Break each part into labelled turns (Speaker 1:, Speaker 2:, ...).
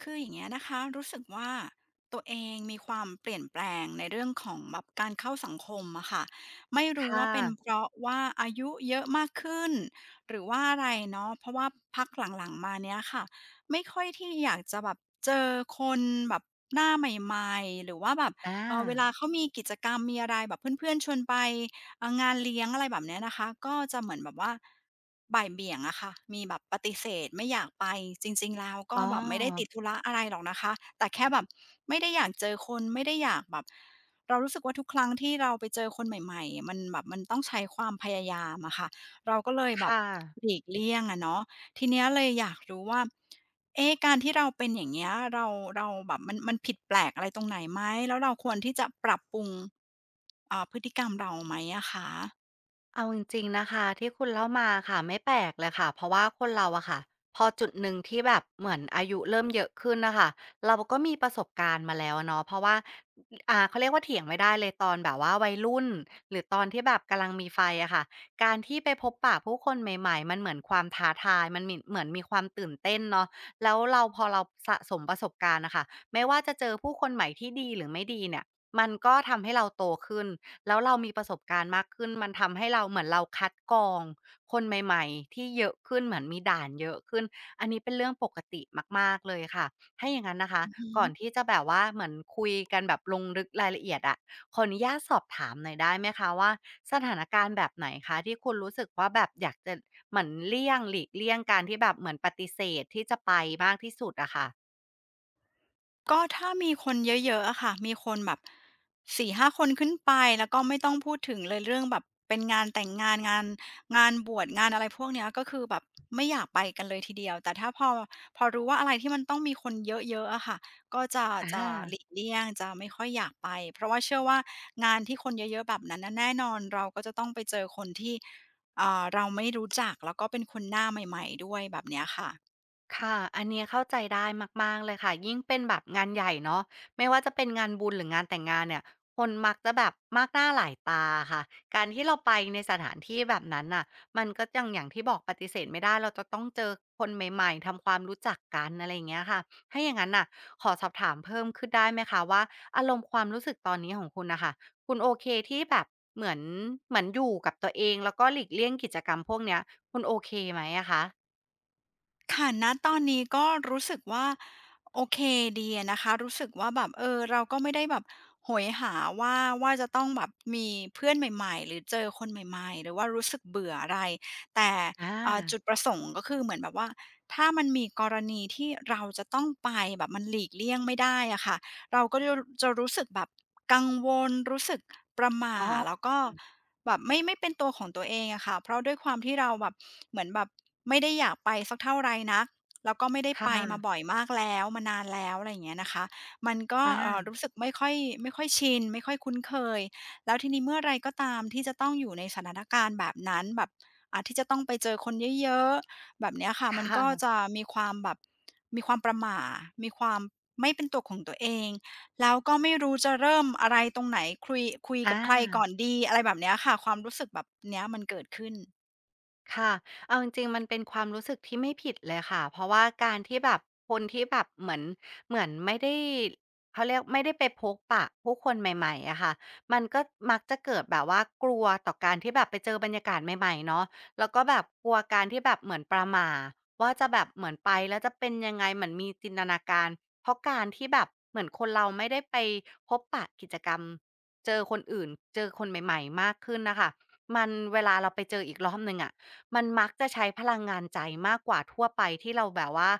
Speaker 1: คืออย่างเงี้ยนะคะรู้สึกว่าตัวเองมีความเปลี่ยนแปลงในเรื่องของแบบการเข้าสังคมอะค่ะไม่รู้ว่า
Speaker 2: ค่ะ
Speaker 1: เป็นเพราะว่าอายุเยอะมากขึ้นหรือว่าอะไรเนาะเพราะว่าพักหลังๆมาเนี้ยค่ะไม่ค่อยที่อยากจะแบบเจอคนแบบหน้าใหม่ๆหรือว่าแบบ
Speaker 2: อา
Speaker 1: เออเวลาเขามีกิจกรรมมีอะไรแบบเพื่อนๆชวนไป งานเลี้ยงอะไรแบบเนี้ยนะคะก็จะเหมือนแบบว่าบ่ายเบี่ยงอะค่ะมีแบบปฏิเสธไม่อยากไปจริงๆแล้วก็
Speaker 2: อ๋
Speaker 1: แบบไม่ได้ติ
Speaker 2: อ
Speaker 1: ดธุระอะไรหรอกนะคะแต่แค่แบบไม่ได้อยากเจอคนไม่ได้อยากแบบเรารู้สึกว่าทุกครั้งที่เราไปเจอคนใหม่ๆมันแบบมันต้องใช้ความพยายามอะค่ะเราก็เลยแบบ
Speaker 2: ค่ะ
Speaker 1: หลีกเลี่ยงอะเนาะทีเนี้ยเลยอยากรู้ว่า เอ๊ะการที่เราเป็นอย่างเงี้ยเราแบบมันผิดแปลกอะไรตรงไหนไหม แล้วเราควรที่จะปรับปรุงพฤติกรรมเราไหมอะคะ
Speaker 2: เอาจริงๆนะคะที่คุณเล่ามาค่ะไม่แปลกเลยค่ะเพราะว่าคนเราอะค่ะพอจุดหนึ่งที่แบบเหมือนอายุเริ่มเยอะขึ้นนะคะเราก็มีประสบการณ์มาแล้วเนาะเพราะว่าเขาเรียกว่าเถียงไม่ได้เลยตอนแบบว่าวัยรุ่นหรือตอนที่แบบกำลังมีไฟอะค่ะการที่ไปพบปะผู้คนใหม่ๆมันเหมือนความท้าทายมันเหมือนมีความตื่นเต้นเนาะแล้วเราสะสมประสบการณ์นะคะไม่ว่าจะเจอผู้คนใหม่ที่ดีหรือไม่ดีเนี่ยมันก็ทำให้เราโตขึ้น แล้วเรามีประสบการณ์มากขึ้นมันทำให้เราเหมือนเราคัดกรองคนใหม่ๆที่เยอะขึ้นเหมือนมีด่านเยอะขึ้น อันนี้เป็นเรื่องปกติมากๆเลยค่ะถ้าอย่างงั้นนะคะ
Speaker 1: อือฮึ
Speaker 2: ก่อนที่จะแบบว่าเหมือนคุยกันแบบลงลึกรายละเอียดอะขออนุญาตสอบถามหน่อยได้ไหมคะว่าสถานการณ์แบบไหนคะที่คุณรู้สึกว่าแบบอยากจะเหมือนเลี่ยงหลีกเลี่ยงการที่แบบเหมือนปฏิเสธที่จะไปมากที่สุดอะค่ะ
Speaker 1: ก็ถ้ามีคนเยอะๆอะค่ะมีคนแบบสี่ห้าคนขึ้นไปแล้วก็ไม่ต้องพูดถึงเลยเรื่องแบบเป็นงานแต่งงานงานงานบวชงานอะไรพวกเนี้ยก็คือแบบไม่อยากไปกันเลยทีเดียวแต่ถ้าพอรู้ว่าอะไรที่มันต้องมีคนเยอะๆอะค่ะก็จะ
Speaker 2: อ
Speaker 1: จะหลีก
Speaker 2: า
Speaker 1: เลี่ยงจะไม่ค่อยอยากไปเพราะว่าเชื่อว่างานที่คนเยอะๆแบบนั้นน่ะแน่นอนเราก็จะต้องไปเจอคนที่เราไม่รู้จักแล้วก็เป็นคนหน้าใหม่ๆด้วยแบบเนี้ยค่ะ
Speaker 2: ค่ะอันเนี้ยเข้าใจได้มากๆเลยค่ะยิ่งเป็นแบบงานใหญ่เนาะไม่ว่าจะเป็นงานบุญหรืองานแต่งงานเนี่ยคนมักจะแบบมากหน้าหลายตาค่ะการที่เราไปในสถานที่แบบนั้นน่ะมันก็ยังอย่างที่บอกปฏิเสธไม่ได้เราจะต้องเจอคนใหม่ๆทำความรู้จักกันอะไรอย่างเงี้ยค่ะถ้าอย่างงั้นน่ะขอสอบถามเพิ่มขึ้นได้ไหมคะว่าอารมณ์ความรู้สึกตอนนี้ของคุณน่ะค่ะคุณโอเคที่แบบเหมือนเหมือนอยู่กับตัวเองแล้วก็หลีกเลี่ยงกิจกรรมพวกเนี้ยคุณโอเคไหมอะคะ
Speaker 1: ค่ะณตอนนี้ก็รู้สึกว่าโอเคดีอะนะคะรู้สึกว่าแบบเออเราก็ไม่ได้แบบโหยหาว่าจะต้องแบบมีเพื่อนใหม่ๆหรือเจอคนใหม่ๆหรือว่ารู้สึกเบื่ออะไรแต่
Speaker 2: อา
Speaker 1: จุดประสงค์ก็คือเหมือนแบบว่าถ้ามันมีกรณีที่เราจะต้องไปแบบมันหลีกเลี่ยงไม่ได้อะค่ะเราก็จะรู้สึกแบบกังวลรู้สึกประหม่า
Speaker 2: อ๋อ
Speaker 1: แล้วก็ แบบไม่เป็นตัวของตัวเองอะค่ะเพราะด้วยความที่เราแบบเหมือนแบบไม่ได้อยากไปสักเท่าไรนักแล้วก็ไม่ได้
Speaker 2: ค่
Speaker 1: ไปมาบ่อ
Speaker 2: ะ
Speaker 1: ยมากแล้วมานานแล้วอะไรอย่างเงี้ยนะคะ มันก็
Speaker 2: อา
Speaker 1: รู้สึกไม่ค่อยชินไม่ค่อยคุ้นเคย แล้วทีนี้เมื่อไรก็ตามที่จะต้องอยู่ในสถานการณ์แบบนั้นแบบที่จะต้องไปเจอคนเยอะๆแบบเนี้ยค่ะ
Speaker 2: ค
Speaker 1: มันก็
Speaker 2: ่ะ
Speaker 1: จะมีความแบบมีความประหม่ามีความไม่เป็นตัวของตัวเอง แล้วก็ไม่รู้จะเริ่มอะไรตรงไหนคุยคุย
Speaker 2: อ
Speaker 1: กับใครก่อน
Speaker 2: า
Speaker 1: ดีอะไรแบบเนี้ยค่ะความรู้สึกแบบเนี้ยมันเกิดขึ้น
Speaker 2: ค่ะเอาจริงๆมันเป็นความรู้สึกที่ไม่ผิดเลยค่ะเพราะว่าการที่แบบคนที่แบบเหมือนไม่ได้เขาเรียกไม่ได้ไปพบปะผู้คนใหม่ๆอะค่ะมันก็มักจะเกิดแบบว่ากลัวต่อการที่แบบไปเจอบรรยากาศใหม่ๆเนาะแล้วก็แบบกลัวการที่แบบเหมือนประหม่าว่าจะแบบเหมือนไปแล้วจะเป็นยังไงเหมือนมีจินตนาการเพราะการที่แบบเหมือนคนเราไม่ได้ไปพบปะกิจกรรมเจอคนอื่นเจอคนใหม่ๆมากขึ้นน่ะค่ะมันเวลาเราไปเจออีกรอบหนึ่งอะ มันมักจะใช้พลังงานใจมากกว่าทั่วไปที่เราแบบว่า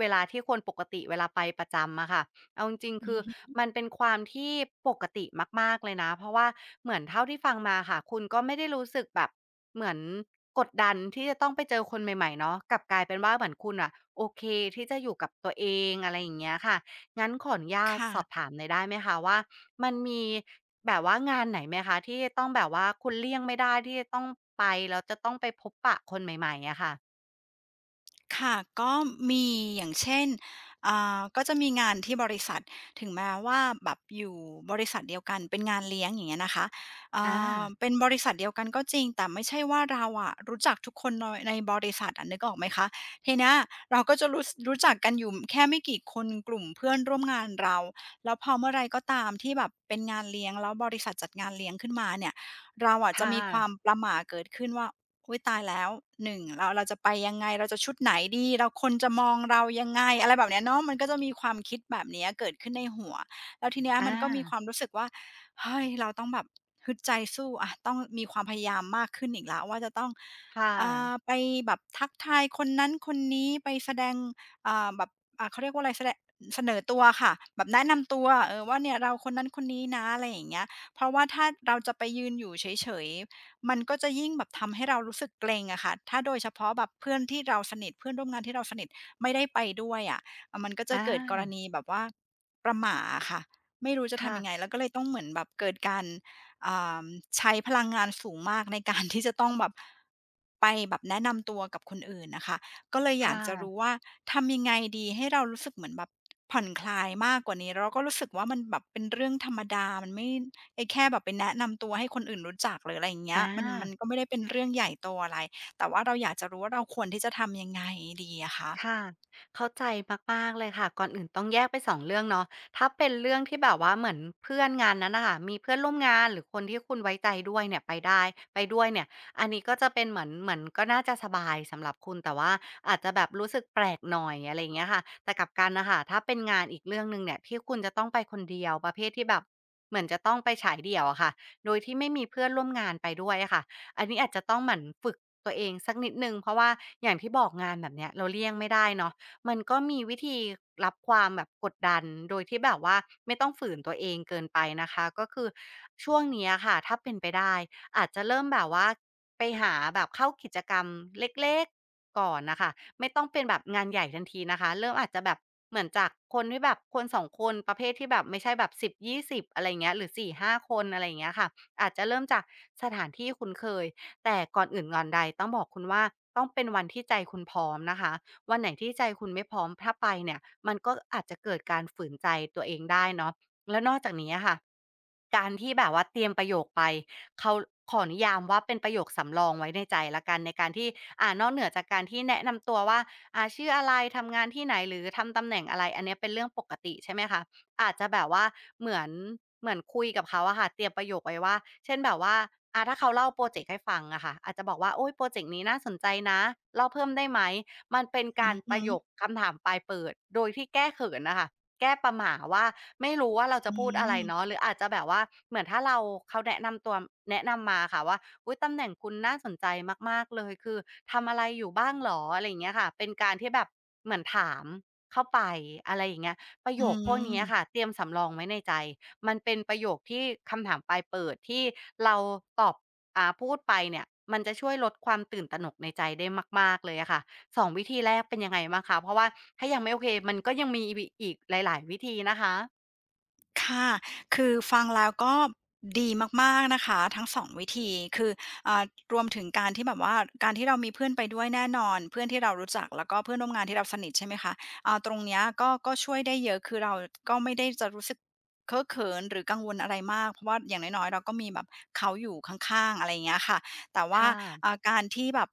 Speaker 2: เวลาที่คนปกติเวลาไปประจำอะค่ะเอาจริงๆ
Speaker 1: อื
Speaker 2: คือ
Speaker 1: อฮึ
Speaker 2: มันเป็นความที่ปกติมากๆเลยนะเพราะว่าเหมือนเท่าที่ฟังมาค่ะคุณก็ไม่ได้รู้สึกแบบเหมือนกดดันที่จะต้องไปเจอคนใหม่ๆเนาะกลับกลายเป็นว่าเหมือนคุณน่ะโอเคที่จะอยู่กับตัวเองอะไรอย่างเงี้ยค่ะงั้นขออนุญาต
Speaker 1: ค่ะ
Speaker 2: สอบถามหน่อยได้ไหมคะว่า มันมีแบบว่างานไหนไหมคะที่ต้องแบบว่าคุณเลี่ยงไม่ได้ที่จะต้องไปแล้วจะต้องไปพบปะคนใหม่ๆอะค่ะ
Speaker 1: ค่ะก็มีอย่างเช่นก็จะมีงานที่บริษัทถึงแม้ว่าแบบอยู่บริษัทเดียวกันเป็นงานเลี้ยงอย่างเงี้ยนะคะอ่
Speaker 2: อา
Speaker 1: เป็นบริษัทเดียวกันก็จริงแต่ไม่ใช่ว่าเราอะรู้จักทุกคนในบริษัทอะนึกออกไหมคะทีเนี้ยเราก็จะรู้จักกันอยู่แค่ไม่กี่คนกลุ่มเพื่อนร่วมงานเราแล้วพอเมื่อไรก็ตามที่แบบเป็นงานเลี้ยงแล้วบริษัทจัดงานเลี้ยงขึ้นมาเนี่ยเราอะจะ
Speaker 2: ค่ะ
Speaker 1: มีความประหม่าเกิดขึ้นว่า อุ๊ยตายแล้วหนึ่งเราจะไปยังไงเราจะชุดไหนดีเราคนจะมองเรายังไงอะไรแบบเนี้ยเนาะมันก็จะมีความคิดแบบเนี้ยเกิดขึ้นในหัวแล้วทีเนี้ยมั
Speaker 2: อา
Speaker 1: นก็มีความรู้สึกว่าเฮ้ยเราต้องแบบฮึดใจสู้อะต้องมีความพยายามมากขึ้นอีกแล้วว่าจะต้อง
Speaker 2: ค่ะ
Speaker 1: ไปแบบทักทายคนนั้นคนนี้ไปแสดงอ่าแบบอ่าเขาเรียกว่าอะไรแสดงเสนอตัวค่ะแบบแนะนำตัวเออว่าเนี่ยเราคนนั้นคนนี้นะอะไรอย่างเงี้ยเพราะว่าถ้าเราจะไปยืนอยู่เฉย มันก็จะยิ่งแบบทำให้เรารู้สึกเกรงอะค่ะถ้าโดยเฉพาะแบบเพื่อนที่เราสนิทเพื่อนร่วมงานที่เราสนิทไม่ได้ไปด้วยอะอามันก็จะ
Speaker 2: อา
Speaker 1: เกิดกรณีแบบว่าประหม่าอะค่ะไม่รู้จะทำ
Speaker 2: ค่ะ
Speaker 1: ยังไงแล้วก็เลยต้องเหมือนแบบเกิดการอ่าใช้พลังงานสูงมากในการที่จะต้องแบบไปแบบแนะนำตัวกับคนอื่นน่ะค่ะก็เลย
Speaker 2: ค
Speaker 1: อยากจะรู้
Speaker 2: ่ะ
Speaker 1: ว่าทำยังไงดีให้เรารู้สึกเหมือนแบบผ่อนคลายมากกว่านี้แล้วก็รู้สึกว่ามันแบบเป็นเรื่องธรรมดามันไม่ ไอ้แค่แบบไปแนะนำตัวให้คนอื่นรู้จักหรืออะไรอย่างเงี้ย
Speaker 2: อา
Speaker 1: มันก็ไม่ได้เป็นเรื่องใหญ่โตอะไรแต่ว่าเราอยากจะรู้ว่าเราควรที่จะทำยังไงดีอะคะ
Speaker 2: ค่ะเข้าใจมากๆเลยค่ะก่อนอื่นต้องแยกไป2เรื่องเนาะถ้าเป็นเรื่องที่แบบว่าเหมือนเพื่อนงานนั้นน่ะค่ะมีเพื่อนร่วมงานหรือคนที่คุณไว้ใจด้วยเนี่ยไปด้วยเนี่ยอันนี้ก็จะเป็นเหมือนเหมือนก็น่าจะสบายสำหรับคุณแต่ว่าอาจจะแบบรู้สึกแปลกหน่อยอะไรอย่างเงี้ยค่ะแต่กลับกันน่ะค่ะถ้าเป็นงานอีกเรื่องหนึ่งเนี่ยที่คุณจะต้องไปคนเดียวประเภทที่แบบเหมือนจะต้องไปฉายเดี่ยวอะค่ะโดยที่ไม่มีเพื่อนร่วมงานไปด้วยอะค่ะ อันนี้อาจจะต้องหมั่นฝึกตัวเองสักนิดหนึ่งเพราะว่าอย่างที่บอกงานแบบเนี้ยเราเลี่ยงไม่ได้เนาะมันก็มีวิธีรับความแบบกดดันโดยที่แบบว่าไม่ต้องฝืนตัวเองเกินไปนะคะก็คือช่วงเนี้ยค่ะถ้าเป็นไปได้อาจจะเริ่มแบบว่าไปหาแบบเข้ากิจกรรมเล็กๆก่อนนะคะไม่ต้องเป็นแบบงานใหญ่ทันทีนะคะเริ่มอาจจะแบบเหมือนจากคนที่แบบคนสองคนประเภทที่แบบไม่ใช่แบบ10-20่สิบอะไรเงี้ยหรือ4-5คนอะไรเงี้ยค่ะ อาจจะเริ่มจากสถานที่คุ้นเคย แต่ก่อนอื่นก่อนใดต้องบอกคุณว่าต้องเป็นวันที่ใจคุณพร้อมนะคะวันไหนที่ใจคุณไม่พร้อมถ้าไปเนี่ยมันก็อาจจะเกิดการฝืนใจตัวเองได้เนาะแล้วนอกจากนี้อะค่ะการที่แบบว่าเตรียมประโยคไปเขาขอนิยามว่าเป็นประโยคสำรองไว้ในใจแล้วกันในการที่นอกเหนือจากการที่แนะนำตัวว่าชื่ออะไรทำงานที่ไหนหรือทำตำแหน่งอะไรอันเนี้ยเป็นเรื่องปกติใช่ไหมคะ อาจจะแบบว่าเหมือนเหมือนคุยกับเขาอะค่ะเตรียมประโยคไว้ว่าเช่นแบบว่าถ้าเขาเล่าโปรเจกต์ให้ฟังอะค่ะอาจจะบอกว่าโอ๊ยโปรเจกต์นี้น่าสนใจนะเล่าเพิ่มได้ไหมมันเป็น
Speaker 1: อื
Speaker 2: กา
Speaker 1: อ
Speaker 2: รป
Speaker 1: ฮึ
Speaker 2: ระโยคคำถามปลายเปิดโดยที่แก้เขินน่ะค่ะแก้ประหมาว่าไม่รู้ว่าเราจะ
Speaker 1: อื
Speaker 2: พูดอะไร
Speaker 1: ม
Speaker 2: เนาะหรืออาจจะแบบว่าเหมือนถ้าเราเขาแนะนำตัวแนะนำมาอะค่ะว่าอุ๊ยตำแหน่งคุณน่าสนใจมากๆเลยคือทำอะไรอยู่บ้างเหรออะไรอย่างเงี้ยค่ะเป็นการที่แบบเหมือนถามเข้าไปอะไรอย่างเงี้ย ประ
Speaker 1: อื
Speaker 2: โยคพวกเนี้ย
Speaker 1: ม
Speaker 2: ค่ะเตรียมสำรองไว้ในใจมันเป็นประโยคที่คำถามปลายเปิดที่เราตอบพูดไปเนี่ยมันจะช่วยลดความตื่นตระหนกในใจได้มากๆเลยอะค่ะ2วิธีแรกเป็นยังไงบ้างคะเพราะว่าถ้ายังไม่โอเคมันก็ยังมีวิอีกหลายๆวิธีนะคะ
Speaker 1: ค่ะ คือฟังแล้วก็ดีมากๆ นะคะทั้ง2วิธีคืออ่ารวมถึงการที่แบบว่าการที่เรามีเพื่อนไปด้วยแน่นอน เพื่อนที่เรารู้จักแล้วก็เพื่อนร่วมงานที่เราสนิทใช่ไหมคะตรงเนี้ยก็ช่วยได้เยอะ คือเราก็ไม่ได้จะรู้สึกเคอะเขินหรือกังวลอะไรมาก เพราะว่าอย่างน้อยๆเราก็มีแบบเขาอยู่ข้างๆอะไรอย่างเงี้ยค่ะแต่
Speaker 2: ค
Speaker 1: ว่า
Speaker 2: ่ะ
Speaker 1: การที่แบบ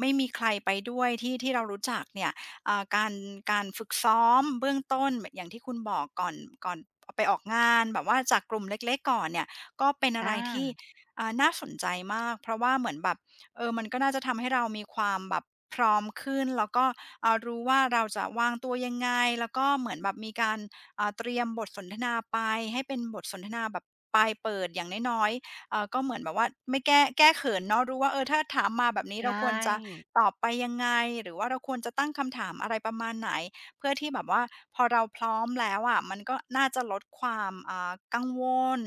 Speaker 1: ไม่มีใครไปด้วยที่ที่เรารู้จักเนี่ย การการฝึกซ้อมเบื้องต้นแบบอย่างที่คุณบอกก่อนไปออกงานแบบว่าจากกลุ่มเล็กๆก่อนเนี่ยก็เป็นอะ
Speaker 2: อ
Speaker 1: ไรที่
Speaker 2: า
Speaker 1: น่าสนใจมากเพราะว่าเหมือนแบบเออมันก็น่าจะทำให้เรามีความแบบพร้อมขึ้นแล้วก็รู้ว่าเราจะวางตัวยังไงแล้วก็เหมือนแบบมีการเตรียมบทสนทนาไปให้เป็นบทสนทนาแบบปลายเปิดอย่างน้อยๆ ก็เหมือนแบบว่าไม่แก้เขินเนาะรู้ว่าเออถ้าถามมาแบบนี้
Speaker 2: ใช
Speaker 1: เราควรจะ
Speaker 2: ่
Speaker 1: ตอบไปยังไงหรือว่าเราควรจะตั้งคำถามอะไรประมาณไหนเพื่อที่แบบว่าพอเราพร้อมแล้วอะมันก็น่าจะลดความกังวล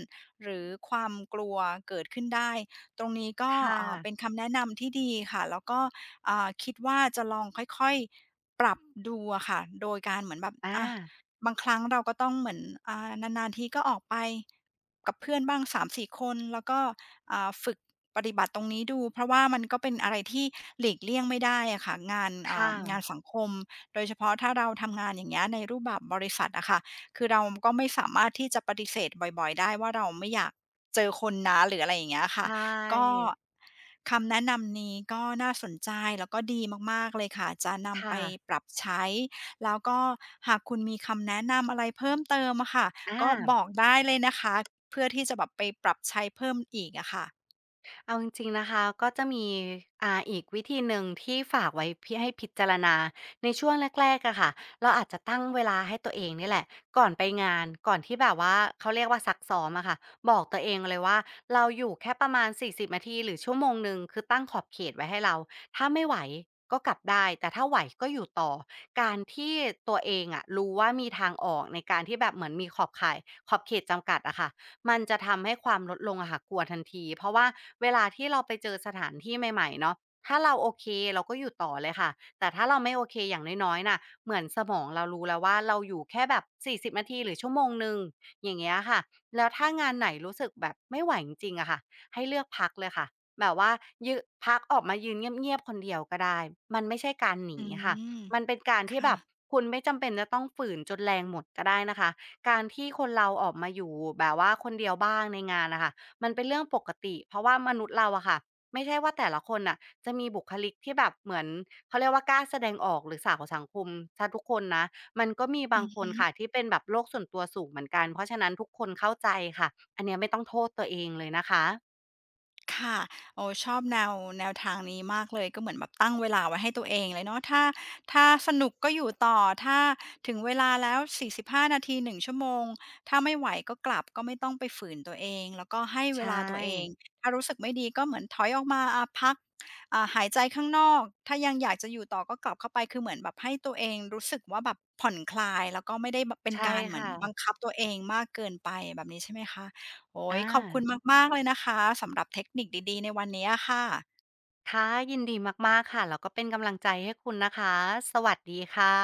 Speaker 1: หรือความกลัวเกิดขึ้นได้ตรงนี้ก็
Speaker 2: ค่ะ
Speaker 1: เป็นคำแนะนำที่ดีค่ะแล้วก็คิดว่าจะลองค่อยๆปรับดูอะค่ะโดยการเหมือนแบบ
Speaker 2: อา
Speaker 1: อะบางครั้งเราก็ต้องเหมือนนานๆทีก็ออกไป กับเพื่อนบ้าง3-4คนแล้วก็ฝึกปฏิบัติตรงนี้ดูเพราะว่ามันก็เป็นอะไรที่หลีกเลี่ยงไม่ได้อะค่ะงาน
Speaker 2: ค่ะ
Speaker 1: งานสังคมโดยเฉพาะถ้าเราทำงานอย่างเงี้ยในรูปแบบบริษัทอะค่ะคือเราก็ไม่สามารถที่จะปฏิเสธบ่อยๆได้ว่าเราไม่อยากเจอคนนะหรืออะไรอย่างเงี้ยค่ะ
Speaker 2: ใช่
Speaker 1: ก็คำแนะนำนี้ก็น่าสนใจแล้วก็ดีมากๆเลยค่ะจะนำไป
Speaker 2: ค่ะ
Speaker 1: ปรับใช้แล้วก็หากคุณมีคำแนะนำอะไรเพิ่มเติมอะค่ะ ก็บ
Speaker 2: อา
Speaker 1: อกได้เลยนะคะเพื่อที่จะแบบไปปรับใช้เพิ่มอีกอะค่ะ
Speaker 2: เอาจริงๆนะคะก็จะมีอีกวิธีหนึ่งที่ฝากไว้พ่ให้พิจารณาในช่วงแรกๆอะค่ะเราอาจจะตั้งเวลาให้ตัวเองนี่แหละก่อนไปงานก่อนที่แบบว่าเขาเรียกว่าซักซ้อมอะค่ะบอกตัวเองเลยว่าเราอยู่แค่ประมาณ40นาทีหรือชั่วโมงหนึ่งคือตั้งขอบเขตไว้ให้เราถ้าไม่ไหวก็กลับได้แต่ถ้าไหวก็อยู่ต่อการที่ตัวเองอะรู้ว่ามีทางออกในการที่แบบเหมือนมีขอบข่ายขอบเขตจำกัดอะค่ะ มันจะทำให้ความลดลงอะค่ะกลัวทันทีเพราะว่าเวลาที่เราไปเจอสถานที่ใหม่ๆเนาะถ้าเราโอเคเราก็อยู่ต่อเลยค่ะแต่ถ้าเราไม่โอเคอย่างน้อยๆน่ะเหมือนสมองเรารู้แล้วว่าเราอยู่แค่แบบสี่สิบนาทีหรือชั่วโมงหนึ่งอย่างเงี้ยค่ะแล้วถ้างานไหนรู้สึกแบบไม่ไหวจริงๆอะค่ะให้เลือกพักเลยค่ะแบบว่ายืพักออกมายืนเงียบๆคนเดียวก็ได้มันไม่ใช่การห
Speaker 1: อื
Speaker 2: นีค่ะ
Speaker 1: ม
Speaker 2: มันเป็นการที่
Speaker 1: ค่ะ
Speaker 2: แบบคุณไม่จำเป็นจะต้องฝืนจนแรงหมดก็ได้นะคะ การที่คนเราออกมาอยู่แบบว่าคนเดียวบ้างในงานน่ะค่ะมันเป็นเรื่องปกติเพราะว่ามนุษย์เราอะค่ะไม่ใช่ว่าแต่ละคนน่ะจะมีบุคลิกที่แบบเหมือนเขาเรียกว่ากล้าแสดงออกหรือสาวของสังคมเสียทุกคนนะมันก็มีบางคนค่ะที่เป็นแบบโลกส่วนตัวสูงเหมือนกันเพราะฉะนั้นทุกคนเข้าใจค่ะอันเนี้ยไม่ต้องโทษตัวเองเลยนะคะ
Speaker 1: ค่ะโอ้ชอบแนวทางนี้มากเลยก็เหมือนแบบตั้งเวลาไว้ให้ตัวเองเลยเนาะถ้าสนุกก็อยู่ต่อถ้าถึงเวลาแล้ว45นาที1ชั่วโมงถ้าไม่ไหวก็กลับก็ไม่ต้องไปฝืนตัวเองแล้วก็ให้
Speaker 2: ใช
Speaker 1: เวลาตัวเอง
Speaker 2: ่
Speaker 1: ถ้ารู้สึกไม่ดีก็เหมือนถอยออกมาพักหายใจข้างนอกถ้ายังอยากจะอยู่ต่อก็กลับเข้าไปคือเหมือนแบบให้ตัวเองรู้สึกว่าแบบผ่อนคลายแล้วก็ไม่ได้แบบเป็น
Speaker 2: ใช่
Speaker 1: การเหมือน
Speaker 2: ค่ะ
Speaker 1: บังคับตัวเองมากเกินไปแบบนี้ใช่ไหมคะ โอ้ย
Speaker 2: อา
Speaker 1: ขอบคุณมากๆเลยนะคะสำหรับเทคนิคดีๆในวันนี้อะค่ะ
Speaker 2: ค่ะยินดีมากๆค่ะแล้วก็เป็นกำลังใจให้คุณนะคะสวัสดีค่ะ